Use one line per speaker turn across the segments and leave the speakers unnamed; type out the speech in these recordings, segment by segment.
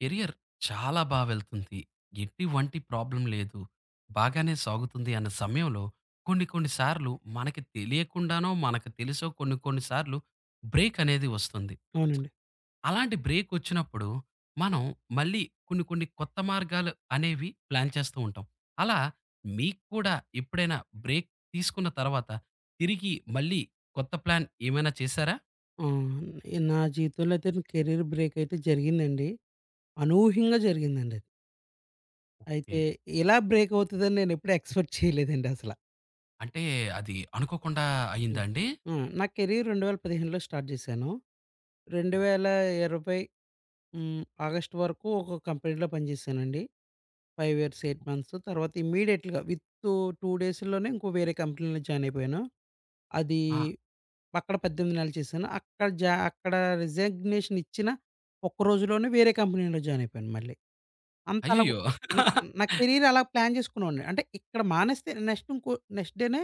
Career చాలా బా వెళ్తుంది. ఎటువంటి ప్రాబ్లమ్ లేదు. బాగానే సాగుతుంది అన్న సమయంలో కొన్ని కొన్ని సార్లు మనకి తెలియకుండానో, మనకు తెలుసో కొన్ని కొన్ని సార్లు బ్రేక్ అనేది వస్తుంది.
అవునండి.
అలాంటి బ్రేక్ వచ్చినప్పుడు మనం మళ్ళీ కొన్ని కొన్ని కొత్త మార్గాలు అనేవి ప్లాన్ చేస్తూ ఉంటాం. అలా మీకు కూడా ఎప్పుడైనా బ్రేక్ తీసుకున్న తర్వాత తిరిగి మళ్ళీ కొత్త ప్లాన్ ఏమైనా చేశారా?
ఆ! నా జీవితంలో అయితే కెరీర్ బ్రేక్ అయితే జరిగిందండి. అనూహ్యంగా జరిగిందండది.
ఓకే.
అయితే ఇలా బ్రేక్ అవుతదని నేనెప్పుడు ఎక్స్‌పెక్ట్ చేయలేదండి అసల.
అంటే అది అనుకోకుండా అయిందా
హ్మ్.
అండి?
ఆ! నా కెరీర్ 2015లో స్టార్ట్ చేశాను.
ఓహ్!
2020 ఆగస్ట్ వరకు ఒక కంపెనీలో పనిచేశానండి. 5 ఇయర్స్, 8 మంత్స్. తర్వాత ఇమ్మీడియేట్‌గా విత్ 2 డేస్‌లోనే ఇంకో వేరే కంపెనీలో జాయిన్ అయిపోయాను. అది
ఆ!
అక్కడ 18 నెలలు చేశాను. అక్కడ రిజగ్నేషన్ ఇచ్చిన ఒక్క రోజులోనే వేరే కంపెనీలో జాయిన్ అయిపోయాను మళ్ళీ. అంత అలాగ
అయ్యయ్యో!
నా నా కెరీర్ అలా ప్లాన్ చేసుకునేవాడిని. అంటే ఇక్కడ మానేస్తే నెక్స్ట్ డేనే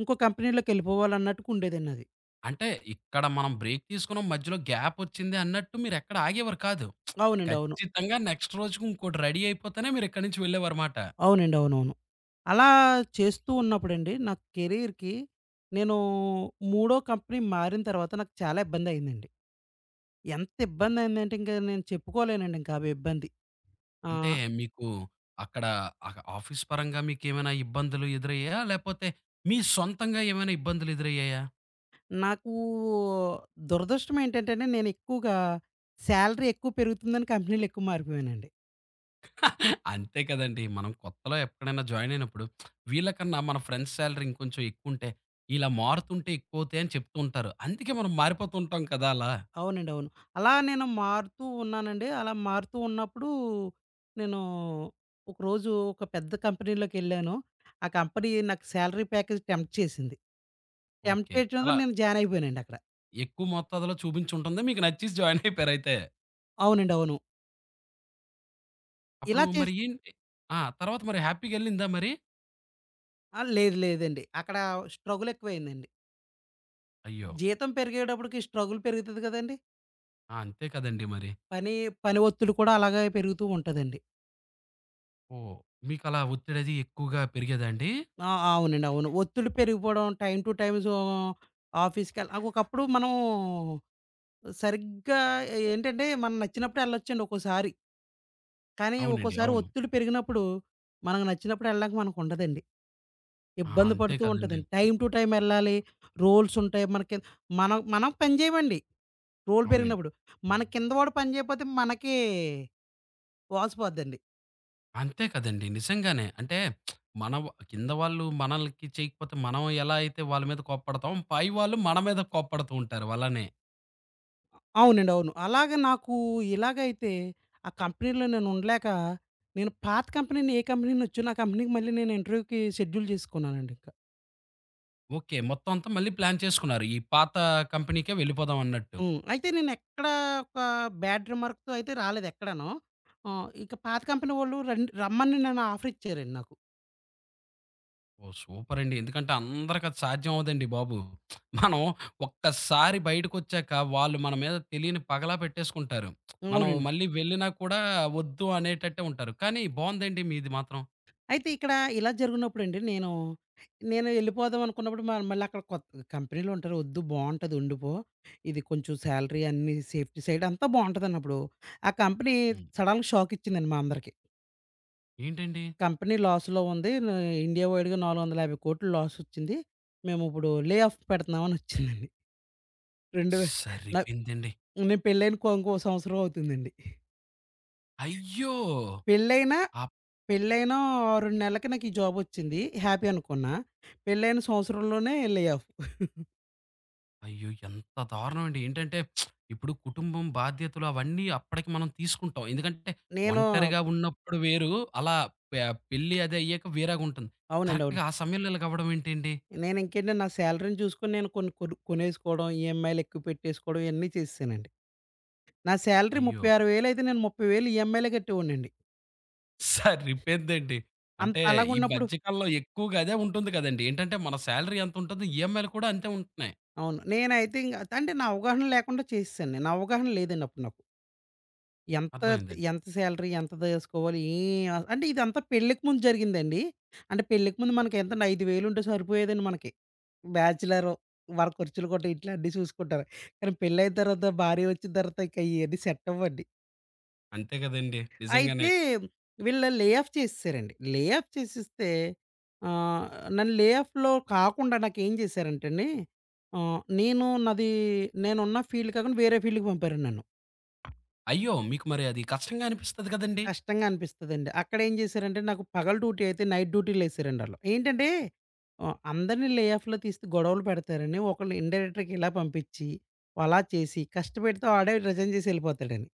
ఇంకో కంపెనీలోకెళ్ళిపోవాలన్నట్టుగా ఉండేదండి నాది.
అంటే ఇక్కడ మనం బ్రేక్ తీసుకున్నాం. మధ్యలో గ్యాపొచ్చింది అన్నట్టు మీరెక్కడ ఆగేవారు కాదు.
అవునండి. అవును.
ఖచ్చితంగా నెక్స్ట్ రోజుకి ఇంకోటి రెడీ అయిపోతేనే మీరిక్కడి నుంచి వెళ్ళేవారుమాట.
అవునండి. అవునవును. అలా చేస్తూ ఉన్నప్పుడండి నా కెరీర్‌కి నేను మూడో కంపెనీ మారిన తర్వాత నాకు చాలా ఇబ్బందయిందండి. ఎంత ఇబ్బందయిందంటే ఇంక నేను చెప్పుకోలేనండి ఇంకా అవి ఇబ్బంది. ఆ!
అంటే మీకు అక్కడ ఆఫీస్ పరంగా మీకేమైనా ఇబ్బందులు ఎదురయ్యాయా? లేపోతే మీ సొంతంగా ఏమైనా ఇబ్బందులు ఎదురయ్యాయా?
నాకు దురదృష్టం ఏంటంటేనే నేను ఎక్కువగా సాలరీ ఎక్కువ పెరుగుతుందని కంపెనీలు ఎక్కువ మారిపోయానండి.
అంతే కదండీ. మనం కొత్తలో ఎక్కడైనా జాయిన్ అయినప్పుడు వీళ్ళకన్నా మన ఫ్రెండ్స్ సాలరీ ఇంకొంచెం ఎక్కువుంటే, ఇలా మారుతుంటే ఎక్కువవుతాయని చెప్తూ ఉంటారు. అందుకే మనం మారిపోతూ ఉంటాం కదా! అలా.
అవునండి. అవును. అలా నేను మారుతూ ఉన్నానండి. అలా మారుతూ ఉన్నప్పుడు నేను ఒకరోజు ఒక పెద్ద కంపెనీలోకెళ్ళాను. ఆ కంపెనీ నాకు సాలరీ ప్యాకేజ్ టెంప్ట్ చేసింది. Tempt
okay.
చేయడంతో
అలా
నేను జాయిన్ అయిపోయానండి అక్కడ.
ఎక్కువ మోతాదులో చూపించుంటుంది. మీకు నచ్చేసి జాయిన్ అయిపోయారైతే.
అవునండి. అవును.
అప్పుడు
ఇలా చేస్
మరి ఏంటి? ఆ! తర్వాత మరి హ్యాపీగెళ్ళిందా మరి?
ఆ! లేదు లేదండి. అక్కడ స్ట్రగుల్ ఎక్కువయిందండి.
అయ్యో!
జీతం పెరిగేటప్పటికి స్ట్రగుల్ పెరుగుతది కదండీ!
ఆ! అంతే కదండీ మరి.
పని పని ఒత్తిడి కూడా అలాగే పెరుగుతూ ఉంటదండి.
ఓహ్! మీకలా ఒత్తిడది ఎక్కువగా పెరిగేదా అండి?
ఆ! అవునండి. అవును. ఒత్తిడి పెరిగిపోవడం టైమ్ టు టైమ్ సో, నాకు ఒకప్పుడు మనం సరిగ్గా ఏంటంటే మనం నచ్చినప్పుడు ఎళ్ళొచ్చండి ఒక్కోసారి. కానీ
అవునండి.
ఒక్కోసారి
అవును.
ఒత్తిడి పెరిగినప్పుడు మనకు నచ్చినప్పుడు ఎళ్ళడానికి మనకుండదండి.
ఆ!
ఇబ్బంది
అంతే
పడుతూ
కదండీ.
ఉంటదండి. టైమ్ టు టైమ్ ఎళ్ళాలి. రూల్స్ ఉంటాయి. మన కింద మనం మనం పని చేయమండి. రూల్
అవునండి.
పెరిగినప్పుడు. మన కింద వాడు పని చేయకపోతే మనకి వాసిపోద్దండి.
అంతే కదండీ. నిజంగానే. అంటే మన కింద వాళ్ళు మనల్కి చేయకపోతే మనం ఎలా అయితే వాళ్ళ మీద కోప్పడతామో, పై వాళ్ళు మన మీద కోప్పడుతూ ఉంటారు అలానే.
అవునండి. అవును. అలాగ నాకు ఇలాగైతే ఆ కంపెనీలో నేను ఉండలేక, నేను పాత కంపెనీ నుండి ఏ కంపెనీ నుంచొని ఆ కంపెనీకి మళ్ళీ నేను ఇంటర్వ్యూకి షెడ్యూల్ చేసుకున్నానండి ఇంకా.
ఓకే. మొత్తం అంతా మళ్ళీ ప్లాన్ చేసుకున్నారు. ఈ పాత కంపెనీకే వెళ్ళిపోదాం అన్నట్టు.
హ్మ్. అయితే నేను ఎక్కడ ఒక బ్యాడ్ రిమార్క్‌తో అయితే రాలేదు ఎక్కడాను. ఇక పాత కంపెనీ వాళ్ళు రండ్ రమ్మని నన్ను ఆఫర్ ఇచ్చారండి నాకు.
ఓహ్! సూపరండి. ఎందుకంటే అందరికి అది సాధ్యం అవ్వదండి బాబు. మనం ఒక్కసారి బయటకొచ్చాక వాళ్ళు మన మీద తెలియని పగలా పెట్టేసుకుంటారు. మనం
అవునండి.
మళ్ళీ వెళ్ళినా కూడా వద్దు అనేటట్టే ఉంటారు. కానీ బావుందండి మీది మాత్రం.
అయితే ఇక్కడ ఇలా జరిగినప్పుడండి నేను ఎళ్ళిపోదాం అనుకున్నప్పుడు మళ్ళీ అక్కడ కొత్త కంపెనీలో ఉంటారు. "వద్దు బావుంటది ఉండిపో. ఇది కొంచెం శాలరీ అన్నీ సేఫ్టీ సైడ్ అంతా బావుంటదన్నప్పుడు" ఆ కంపెనీ
హ్మ్.
సడెన్‌గా షాక్ ఇచ్చిందండి మా అందరికి.
ఏంటండి?
"కంపెనీ లాస్‌లో ఉంది. ఇండియా వైడ్‌గా 450,00,00,000 లాస్ వచ్చింది. మేము ఇప్పుడు లే ఆఫ్ పెడుతున్నాం" అని వచ్చిందండి. రెండు వే నా
సరిపోయిందండి.
నేను పెళ్ళైన ఇంకో సంవత్సరం అవుతుందండి.
అయ్యో!
పెళ్ళైనా
అప్
పెళ్ళైన 6 నెలలకి నాకు ఈ జాబొచ్చింది. హ్యాపీ అనుకున్నా. పెళ్ళైన సంవత్సరంలోనే లే ఆఫ్.
అయ్యో! ఎంత దారుణం అండి. ఏంటంటే ఇప్పుడు కుటుంబం బాధ్యతలు అవన్నీ అప్పటికి మనం తీసుకుంటాం. ఎందుకంటే
నేను
ఒంటరిగా ఉన్నప్పుడు వేరు. అలా పె పెళ్లి అది అయ్యాక వేరేగుంటుంది.
అవునండి.
కరెక్ట్‌గా
అవును.
ఆ సమయంలో ఇలాగవ్వడం ఏంటండి?
నేనింకేంటి నా శాలరీని చూసుకొని నేను కొన్ని కొనేసుకోవడం, ఈఎంఐలు ఎక్కువ పెట్టేసుకోవడం ఇయన్నీ చేసేసానండి. నా శాలరీ
అయ్యో!
36,000 అయితే నేను 30,000 ఈఎంఐలే కట్టేవాడినండి.
సరిపోయిద్దండి.
అంత
అంటే ఈ
అలాగున్నప్పుడు
మధ్య కాలంలో ఎక్కువగా అదే ఉంటుంది కదండీ. ఏంటంటే మన సాలరీ ఎంతుంటదో ఈఎంఐలు కూడా అంతే ఉంటున్నాయి.
అవును. నేనైతే ఇంక అంటే నా అవగాహన లేకుండా చేసేసాను. నేను అవగాహన లేదండి అప్పుడు నాకు. ఎంత
అర్థమైందండి.
ఎంత సాలరీ ఎంత తీసుకోవాలి? ఏం అ అంటే ఇదంతా పెళ్ళికి ముందు జరిగిందండి. అంటే పెళ్ళికి ముందు మనకి ఎంతండి 5,000 ఉంటే సరిపోయేదండి మనకి. బ్యాచలరు వాళ్ళ ఖర్చులు కూడా ఇట్లా అన్నీ చూసుకుంటారు. కానీ పెళ్ళయిన తర్వాత భార్య వచ్చిన తర్వాత ఇంక ఇయన్నీ సెట్ అవ్వండి.
అంతే కదండీ. నిజంగానే.
అయితే వీళ్ళ లే ఆఫ్ చేసేసారండి. లే ఆఫ్ చేసేస్తే ఆహ్, నన్ను లే ఆఫ్‌లో కాకుండా నాకేం చేశారంటే అండి, నేను నేనున్న ఫీల్డ్ కాకుండా వేరే ఫీల్డ్‌కి పంపారండి నన్ను.
అయ్యో! మీకు మరి అది కష్టంగా అనిపిస్తది కదండీ.
కష్టంగా అనిపిస్తదండి. అక్కడేం జేశారంటే, నాకు పగలు డ్యూటీ అయితే నైట్ డ్యూటీలేశారండి ఆళ్ళు. ఏంటంటే, అందరిని లే ఆఫ్‌లో తీస్తే గొడవలు పెడతారని, ఒకళ్ళు ఇన్‌డైరెక్టర్‌కి ఇలా పంపిచ్చి, అలా చేసి, కష్టపెడితే ఆడే రిజైన్ జేసి యెళ్ళిపోతాడని.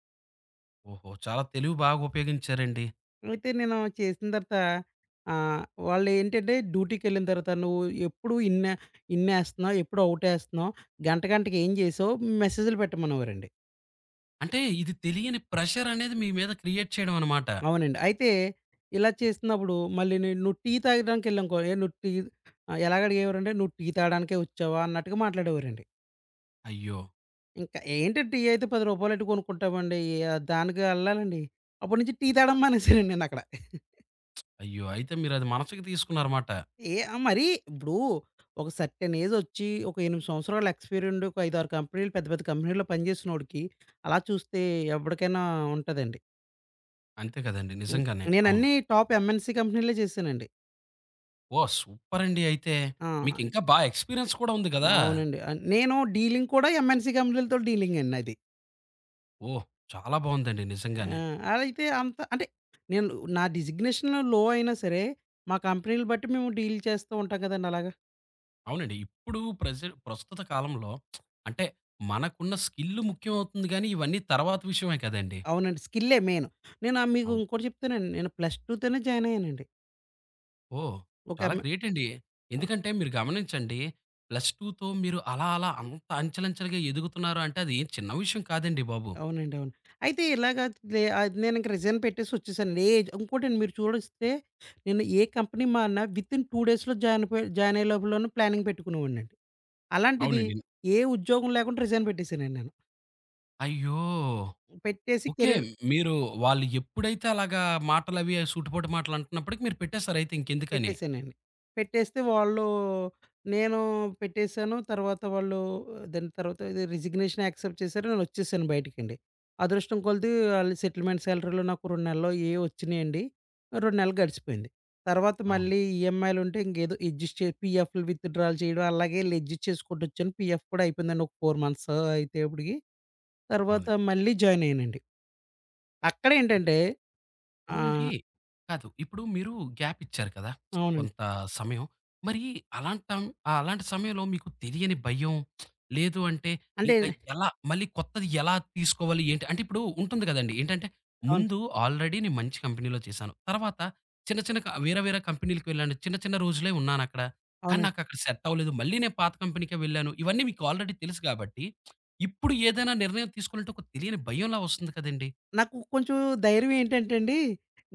ఓహో! చాలా తెలివి బాగా ఉపయోగించారండి.
అయితే నేను చేసిన తర్వాత వాళ్ళేంటంటే డ్యూటీకెళ్ళిన తర్వాత, "నువ్వు ఎప్పుడు ఇన్నేస్తన్నావు, ఎప్పుడు ఔటేస్తన్నావు, గంట గంటకి ఏం జేసావు" మెసేజ్‌లు పెట్టమనేవారండి.
అంటే ఇది తెలియని ప్రెషర్ అనేది మీ మీద క్రియేట్ చేయడం అన్నమాట.
అవునండి. అయితే ఇలా చేస్తున్నప్పుడు మళ్ళీ నేను నువ్వు టీ తాగడానికెళ్ళామనుకో, "ఏ నువ్వు టీ" ఎలాగ అడిగేవారంటే, "నువ్వు టీ తాగడానికే వచ్చావా?" అన్నట్టుగా మాట్లాడేవారండి.
అయ్యో!
ఇంకా ఏంటి టీ అయితే రూ. 10 ఎట్టి కొనుక్కుంటామండి. దానికి ఎళ్ళాలండి. అప్పటి నుంచి టీ
ఆ!
తాగడం మానేసానండి నేనక్కడ.
అయ్యో! అయితే మీరది మనసుకి తీసుకున్నారన్నమాట.
ఏ ఆహ్, మరీ ఇప్పుడు ఒక సర్టెన్ ఏజొచ్చి, ఒక 8 సంవత్సరాల ఎక్స్‌పీరియన్డ్ ఒక 5, 6 కంపెనీలు పెద్ద పెద్ద కంపెనీల్లో పనిచేసినోడికి అలా చూస్తే ఎవడికైనా ఉంటదండి.
అంతే కదండీ.
హ్మ్.
నిజంగానే. అవును.
నేనన్నీ టాప్ ఎంఎన్‌సీ కంపెనీలే చేశానండి.
ఓహ్! సూపర్ అండి అయితే.
ఆ!
మీకింకా బా ఎక్స్‌పీరియన్స్ కూడా ఉంది గదా!
అవునండి. నేను డీలింగ్ కూడా ఎంఎన్‌సీ కంపెనీలతో డీలింగ్ అండి నాది.
ఓహ్! చాలా బావుందండి
ఆ!
నిజంగానే.
అదైతే అంత అంటే నేను నా డిజిగ్నేషన్ లో అయినా సరే, మా కంపెనీలు బట్టి మేము డీల్ చేస్తూ ఉంటాం కదండీ అలాగా.
అవునండి. ఇప్పుడు ప్రస్తుత కాలంలో అంటే మనకున్న స్కిల్ ముఖ్యమవుతుంది గానీ, ఇవన్నీ తర్వాత విషయమే కదండీ!
అవునండి. స్కిల్లే మెయిన్. నేను మీకు
అవును.
ఇంకోటి చెప్తానండి. నేను ప్లస్ 2 తోనే జాయిన్ అయ్యానండి.
ఓహ్!
ఒక
చాలా
ఎం
గ్రేట్ అండి. ఎందుకంటే మీరు గమనించండి, ప్లస్ 2తో మీరు అలా అలా అంత అంచెలంచెలుగా ఎదుగుతున్నారు అంటే అది ఏం చిన్న విషయం కాదండి బాబు.
అవునండి. అవును. అయితే ఇలాగ లే అది నేను ఇంక రిజైన్ పెట్టేసి వచ్చేసాను. ఇంకోటండి మీరు చూడొస్తే నేను ఏ కంపెనీ మారినా వితిన్ 2 డేస్‌లో జాయిన్ అయిపోయి జాయిన్ అయ్యే లోపలనే ప్లానింగ్ పెట్టుకునేవాడినండి. అలాంటిది
అవునండి.
ఏ ఉద్యోగం లేకుండా రిజైన్ పెట్టేసానండి నేను.
అయ్యో!
పెట్టేసి
ఓకే.
కెరీర్
మీరు వాళ్ళు ఎప్పుడైతే అలాగా మాటలవి సూటిపోటి మాటలంటున్నప్పటికి మీరు పెట్టేసారు అయితే ఇంకెందుకని.
పెట్టేసానండి. పెట్టేస్తే వాళ్ళు నేను పెట్టేసాను. తర్వాత వాళ్ళు దాని తర్వాత ఇది రిజిగ్నేషన్ యాక్సెప్ట్ చేశారు. నేనొచ్చేసాను బయటికండి. అదృష్టం కొలిది ఆళ్ళు సెటిల్మెంట్ సాలరీలో నాకు 2 నెలలో ఏవో వచ్చినియండి. 2 నెలలు గడిచిపోయింది. తర్వాత
అవును.
మళ్ళీ ఈఎంఐలుంటే ఇంకేదో అడ్జస్ట్ చే పీఎఫ్‌లు విత్‌డ్రాలు చేయడం అలాగే ఈళ్ళు అడ్జస్ట్ చేసుకుంటొచ్చాను. పీఎఫ్ కూడా అయిపోయిందండి. ఒక 4 మంత్స్ అయితేప్పటికి. తర్వాత
అవునండి.
మళ్ళీ జాయిన్ అయ్యానండి. అక్కడేంటంటే
అవునండి.
ఆహ్,
కాదు. ఇప్పుడు మీరు గ్యాప్ ఇచ్చారు కదా!
అవునండి.
కొంత సమయం. మరి అలాంటి టైం అలాంటి సమయంలో మీకు తెలియని భయం, లేదు అంటే
అంటే
ఇంకా ఎలా మళ్ళీ కొత్తది ఎలా తీసుకోవాలి ఏంటి? అంటే ఇప్పుడు ఉంటుంది కదండీ! ఏంటంటే
అవును.
ముందు ఆల్రెడీ నేను మంచి కంపెనీలో చేశాను. తర్వాత చిన్న చిన్న వేరే వేరే కంపెనీలకి వెళ్ళాను. చిన్న చిన్న రోజులే ఉన్నానక్కడ. కానీ
అవును.
నాకక్కడ సెట్ అవ్వలేదు. మళ్ళీ నేను పాత కంపెనీకే వెళ్ళాను. ఇవన్నీ మీకు ఆల్రెడీ తెలుసు కాబట్టి, ఇప్పుడు ఏదైనా నిర్ణయం తీసుకోవాలంటే ఒక తెలియని భయంలా వస్తుంది కదండీ!
నాకు కొంచెం ధైర్యం ఏంటంటే అండి,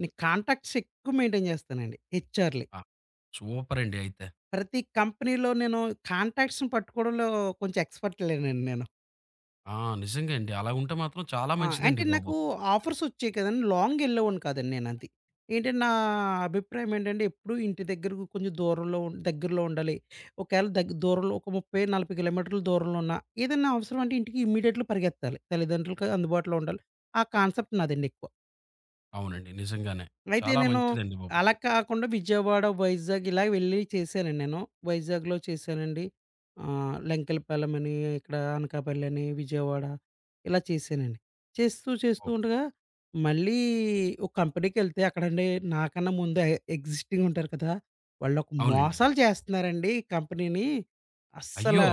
నేను కాంటాక్ట్స్ ఎక్కువ మెయింటైన్ చేస్తానండి. హెచ్ఆర్‌లి.
ఆ! సూపరండి అయితే.
ప్రతి కంపెనీలో నేను కాంటాక్ట్స్‌ని పట్టుకోవడంలో కొంచెం ఎక్స్‌పర్ట్‌లేనండి నేను.
ఆ! నిజంగా అండి. అలా ఉంటే మాత్రం చాలా
ఆ!
మంచిదండి
అంటే
బాబు.
నాకు ఆఫర్స్ వచ్చాయి కదండీ! లాంగ్ ఎళ్ళేవాడిని కాదండి నేనది. ఏంటంటే నా అభిప్రాయం ఏంటంటే ఎప్పుడు ఇంటి దగ్గరకు కొంచెం దూరంలో ఉం దగ్గరలో ఉండాలి. ఒకవేళ దూరంలో ఒక 30, 40 కిలోమీటర్ల దూరంలో ఉన్న ఏదైనా అవసరం అంటే ఇంటికి ఇమ్మీడియేట్‌లి పరిగెత్తాలి. తల్లిదండ్రులకి అందుబాటులో ఉండాలి. ఆ కాన్సెప్ట్ నాదండి ఎక్కువ.
అవునండి. నిజంగానే.
అయితే
చాలా
నేను
మంచిదండి బాబు.
అలా కాకుండా విజయవాడ, వైజాగ్ ఇలా వెళ్ళి చేశానండి నేను. వైజాగ్‌లో చేశానండి. లంకెలపాలెం అని, ఇక్కడ అనకాపల్లి అని, విజయవాడ ఇలా చేశానండి. చేస్తూ, చేస్తూ
ఓహ్!
ఉండగా మళ్ళీ ఒక కంపెనీకెళ్తే అక్కడండి నాకన్నా ముందు ఎగ్జిస్టింగ్ ఉంటారు కదా! వాళ్ళొక
అవునండి.
మోసాలు చేస్తన్నారండి కంపెనీని. అస్సల
అయ్యో!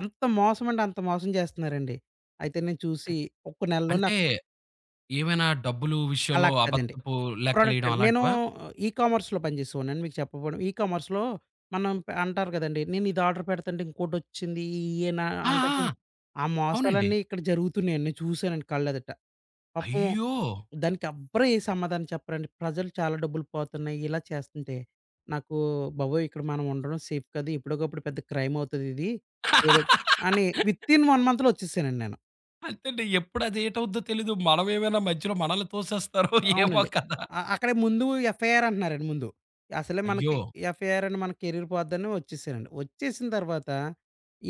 ఎంత మోసం అంటే అంత మోసం చేస్తన్నారండి. అయితే నేను చూసి
అన్
ఒక నెలలోనే
అంటే ఏమైనా డబ్బులు
అలా
విషయంలో
కాదండి.
అబద్ధపు
ప్రోడక్ట్
లెక్కలేయడం
అండి. నేను
అలాంటివా?
ఈకామర్స్‌లో పని చేసేవాడినండి. మీకు చెప్పపోవడం ఈకామర్స్‌లో మనం పె అంటారు కదండీ! నేను ఇది ఆర్డర్ పెడతంటే ఇంకోటొచ్చింది. ఈయేనా
ఆ!
అంటారు
ఆ!
చూడండి. ఆ
అవునండి.
మోసాలన్నీ ఇక్కడ జరుగుతున్నాయండి. నేను చూసానండి కళ్ళెదుట. పాపం
అయ్యో!
దానికి ఎవ్వరు ఏ సమాధానం చెప్పరండి. ప్రజలు చాలా డబ్బులు పోతున్నాయి. ఇలా చేస్తుంటే నాకు బాబోయ్! ఇక్కడ మనం ఉండడం సేఫ్ కాదు. ఎప్పటికప్పుడు పెద్ద క్రైమ్ అవుతదిది. ఏదో అని వితిన్ 1 మంత్‌లో వచ్చేసానండి నేను.
అంతేండి. ఎప్పుడు అది ఏటవుద్దో తెలీదు. మనమేమైనా మధ్యలో మనల్ని తోసేస్తారో ఏమో
అవునండి.
కదా!
అక్కడే ముందు ఎఫ్ఐఆర్ అంటున్నారండి ముందు. అసలే
అయ్యో!
మనకి ఎఫ్ఐఆర్ అని మన కెరీర్ పోద్దని వచ్చేసానండి. వచ్చేసిన తర్వాత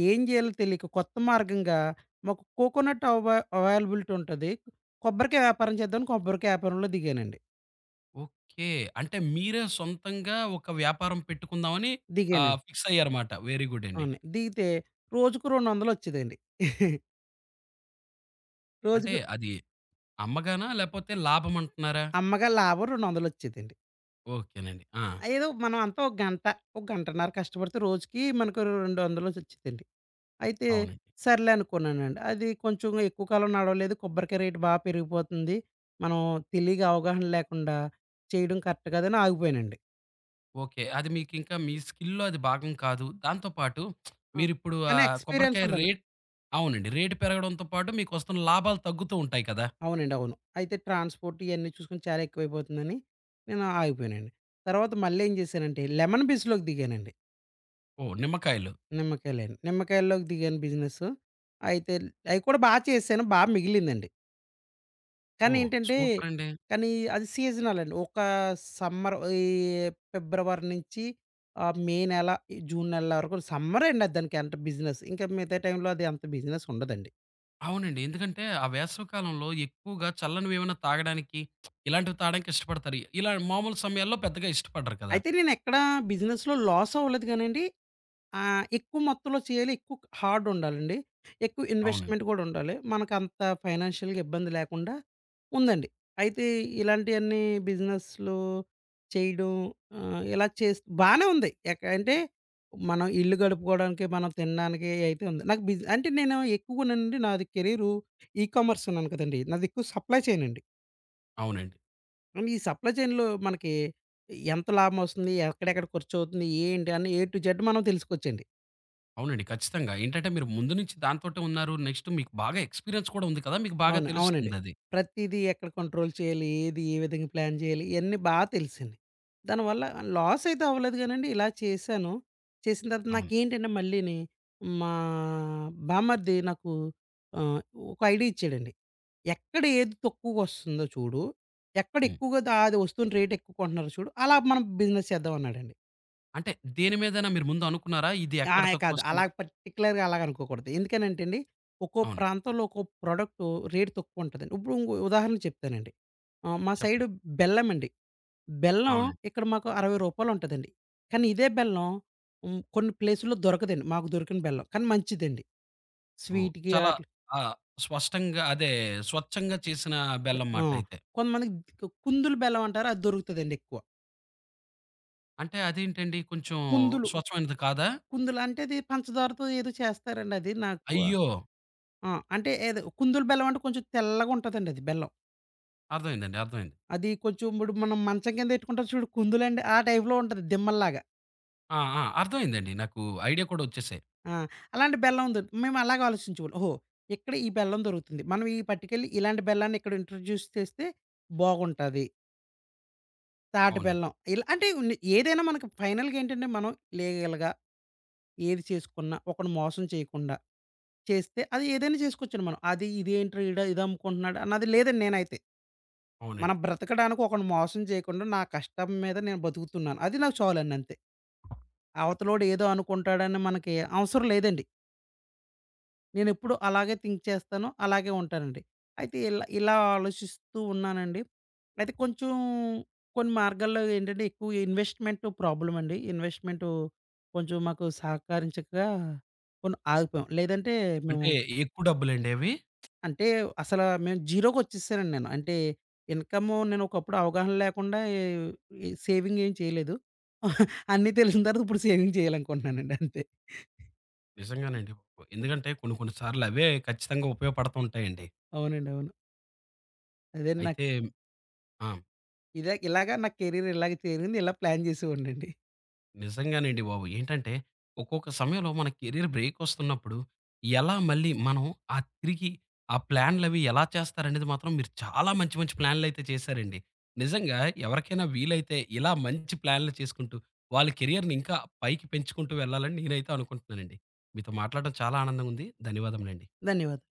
ఏం చేయాలో తెలియక కొత్త మార్గంగా మాకు కోకోనట్ అవైలబిలిటీ ఉంటది. కొబ్బరికాయ వ్యాపారం చేద్దామని కొబ్బరికాయ వ్యాపారంలో దిగానండి.
ఓకే. అంటే మీరే సొంతంగా ఒక వ్యాపారం పెట్టుకుందామని
దిగానండి.
ఫిక్స్ అయ్యారమాట. వెరీ గుడ్ అండి.
అవును. దిగితే రోజుకు 200 వచ్చేదండి.
అంటే
రోజుకు
అది అమ్మగానా? లేపోతే లాభమంటున్నారా?
అమ్మగా లాభం 200 వచ్చేదండి.
ఓకేనండి. ఆ!
ఏదో మనం అంతా ఒక గంట, ఒక గంటన్నర కష్టపడితే రోజుకి మనకు 200 వచ్చేదండి. అయితే
అవునండి.
సర్లే అనుకున్నానండి. అది కొంచెం ఎక్కువ కాలం నడవలేదు. కొబ్బరికాయ రేట్ బా పెరిగిపోతుంది. మనం తెలియక అవగాహన లేకుండా చేయడం కరెక్ట్ కాదని ఆగిపోయానండి.
ఓకే. అది మీకింకా మీ స్కిల్‌లో అది భాగం కాదు. దాంతో పాటు
ఆ!
మీరిప్పుడు
కానీ ఎక్స్‌పీరియన్స్
కొబ్బరికాయ
ఉండాలి.
రేట్ అవునండి. రేటు పెరగడంతో పాటు మీకొస్తున్న లాభాలు తగ్గుతూ ఉంటాయి కదా!
అవునండి. అవును. అయితే ట్రాన్స్‌పోర్ట్ ఇయన్నీ చూసుకొని చాలా ఎక్కువైపోతుందని నేను ఆగిపోయానండి. తర్వాత మళ్ళీ ఏం చేశానంటే లెమన్ బిజ్‌లోకి దిగానండి.
ఓహ్! నిమ్మకాయలు.
నిమ్మకాయలని. నిమ్మకాయల్లోకి దిగాను బిజినెస్. అయితే అయి కూడా బా చేశాను. బా మిగిలిందండి. కానీ
ఓహ్!
ఏంటంటే,
సూపరండి.
కానీ అది సీజనల్ అండి. ఒక సమ్మర్ ఈ ఫిబ్రవరి నుంచి మే నెల, ఈ జూన్ నెలల వరకు సమ్మరే అండి అది, దానికి అంత బిజినెస్. ఇంకా మిగతా టైంలో అది అంత బిజినెస్ ఉండదండి.
అవునండి. ఎందుకంటే, ఆ వేసవి కాలంలో ఎక్కువగా చల్లనివేమైనా తాగడానికి, ఇలాంటివి తాగడానికి ఇష్టపడతారు. ఇలా మామూలు సమయాల్లో పెద్దగా ఇష్టపడరు కదా!
అయితే నేనెక్కడ బిజినెస్‌లో లాస్ అవ్వలేదు గానండి. ఆ! ఎక్కువ మొత్తంలో చేయాలి. ఎక్కువ హార్డ్ ఉండాలండి. ఎక్కువ
అవునండి.
ఇన్వెస్ట్‌మెంట్ కూడా ఉండాలి. మనకంత ఫైనాన్షియల్‌గా ఇబ్బంది లేకుండా ఉందండి. అయితే ఇలాంటియన్నీ బిజినెస్‌లు చేయడం ఇలా చేస్ బానే ఉంది. అంటే మనం ఇల్లు గడుపుకోవడానికి, మనం తినడానికి అయితే ఉంది. నాకు బిజ్ అంటే నేను ఎక్కువగానండి నాది కెరీరు ఈకామర్స్ అన్నాను కదండీ! నాది ఎక్కువ సప్లై చైన్ అండి.
అవునండి.
ఈ సప్లై చైన్‌లో మనకి ఎంత లాభం వస్తుంది? ఎక్కడెక్కడ ఖర్చవుతుంది? ఏంటి? అని ఏ టు జెడ్ మనం తెలుసుకోవచ్చండి.
అవునండి. ఖచ్చితంగా. ఏంటంటే మీరు ముందు నుంచి దాంతోటే ఉన్నారు. నెక్స్ట్ మీకు బాగా ఎక్స్‌పీరియన్స్ కూడా ఉంది కదా! మీకు బాగా
అవును. అవునండి.
తెలుస్తుందది.
ప్రతీదీ ఎక్కడ కంట్రోల్ చేయాలి? ఏది ఏ విధంగా ప్లాన్ చేయాలి? ఇయన్నీ బా తెలిసింది. దానివల్ల లాస్ అయితే అవ్వలేదు గానండి. ఇలా చేశాను. చేసిన తర్వాత
అవును.
నాకేంటంటే మళ్ళీని మా బామర్ది నాకు ఆహ్, ఒక ఐడియా ఇచ్చాడండి. ఎక్కడ ఏది తక్కువగొస్తుందో చూడు. ఎక్కడ
హ్మ్.
ఎక్కువగా అది వస్తున్న రేట్ ఎక్కువ కొంటున్నారో చూడు. అలా మనం బిజినెస్ చేద్దాం అన్నాడండి.
అంటే దేని మీదైనా మీరు ముందు అనుకున్నారా? ఇది ఎక్కడ
అహా! కాదు.
తక్కువొస్తుంది?
అలా పర్టిక్యులర్‌గా అలాగనుకోకూడదు. ఎందుకనంటే అండి, ఒక్కో
అవును.
ప్రాంతంలో ఒక్కో ప్రొడక్టు రేట్ తక్కువుంటదండి. ఇప్పుడు ఇంకో ఉదాహరణ చెప్తానండి. మా సైడు
చెప్పండి.
బెల్లమండి. బెల్లం
అవునండి.
ఇక్కడ మాకు రూ. 60 ఉంటదండి. కానీ ఇదే బెల్లం కొన్ని ప్లేసుల్లో దొరకదండి. మాకు దొరికిన బెల్లం. కానీ మంచిదండి.
ఓహ్!
స్వీట్‌కి
చాలా
ఆటిలి.
ఆ! స్పష్టంగా అదే స్వచ్ఛంగా చేసిన బెల్లం
ఆ!
మాట అయితే.
కొంతమందికి కుందులు బెల్లం అంటారు. అది దొరుకుతదండి ఎక్కువ.
అంటే అదేంటండి కొంచెం
కుందులు,
స్వచ్ఛమైనది కాదా?
కుందులు అంటే అది పంచదారతో ఏదో చేస్తారండి అది నాకు.
అయ్యో!
ఆ! అంటే ఏదో కుందులు బెల్లం అంటే కొంచెం తెల్లగుంటదండి అది బెల్లం.
అర్థమైందండి. అర్థమైంది.
అది కొంచెం ఇప్పుడు మనం మంచం కింద పెట్టుకుంటాం చూడు కుందులండి ఆ టైప్‌లో ఉంటది దిమ్మల్లాగా.
ఆ! ఆ! అర్థమైందండి. నాకు ఐడియా కూడా వచ్చేసాయి.
ఆ! అలాంటి బెల్లం ఉంది. మేము అలాగే ఆలోచించేవాళ్ళం. ఓహో! ఇక్కడ ఈ బెల్లం దొరుకుతుంది. మనం ఈ పట్టుకెళ్ళి ఇలాంటి బెల్లాన్ని ఇక్కడ ఇంట్రొడ్యూస్ చేస్తే బాగుంటది. తాటి
అవునండి.
బెల్లం ఇలా అంటే ఉన్ని ఏదైనా మనకి ఫైనల్‌గా ఏంటంటే మనం లీగల్‌గా ఏది చేసుకున్నా ఒకడిని మోసం చేయకుండా చేస్తే అది ఏదైనా చేసుకోవచ్చండి మనం. అది ఇదేంట్రా ఈడ ఇది అమ్ముకుంటున్నాడు అన్నది లేదండి నేనైతే.
అవునండి.
మనం బ్రతకడానికి ఒకడిని మోసం చేయకుండా నా కష్టం మీద నేను బతుకుతున్నాను. అది నాకు చాలండి అంతే. అవతలోడు ఏదో అనుకుంటాడని మనకి అవసరం లేదండి. నేనెప్పుడు అలాగే థింక్ చేస్తాను. అలాగే ఉంటానండి. అయితే ఇలా ఇలా ఆలోచిస్తూ ఉన్నానండి. అయితే కొంచెం కొన్ని మార్గాల్లో ఏంటంటే ఎక్కువ ఇన్వెస్ట్‌మెంట్ ప్రాబ్లమ్ అండి. ఇన్వెస్ట్‌మెంటు కొంచెం మాకు సహకరించక కొన్ని ఆగిపోయాం. లేదంటే మేము
అంటే ఎక్కువ డబ్బులండి అవి?
అంటే అసలు మేము జీరోకొచ్చేసానండి నేను. అంటే ఇన్‌కము నేను ఒకప్పుడు అవగాహన లేకుండా ఈ ఈ సేవింగ్ ఏం చేయలేదు. అన్నీ తెలిసిన తర్వాత ఇప్పుడు సేవింగ్ చేయాలనుకుంటున్నానండి అంతే.
నిజంగానండి. ఎందుకంటే కొన్ని కొన్ని సార్లు అవే ఖచ్చితంగా ఉపయోగపడుతూ ఉంటాయండి.
అవునండి. అవును. అదే నాకు
అయితే ఆ!
ఇదే ఇలాగ నా కెరీర్ ఇలాగ చేరింది. ఇలా ప్లాన్ చేసేవాడినండి.
నిజంగానండి బాబు. ఏంటంటే ఒక్కొక్క సమయంలో మన కెరీర్ బ్రేక్ వస్తున్నప్పుడు ఎలా మళ్ళీ మనం ఆ తిరిగి ఆ ప్లాన్‌లవి ఎలా చేస్తారనేది మాత్రం మీరు చాలా మంచి మంచి ప్లాన్‌లయితే చేశారండి. నిజంగా ఎవరికైనా వీలైతే ఇలా మంచి ప్లాన్‌లు చేసుకుంటూ వాళ్ళ కెరియర్‌ని ఇంకా పైకి పెంచుకుంటూ వెళ్ళాలని నేనైతే అనుకుంటున్నానండి. మీతో మాట్లాడడం చాలా ఆనందంగా ఉంది. ధన్యవాదములండి.
ధన్యవాదాలు.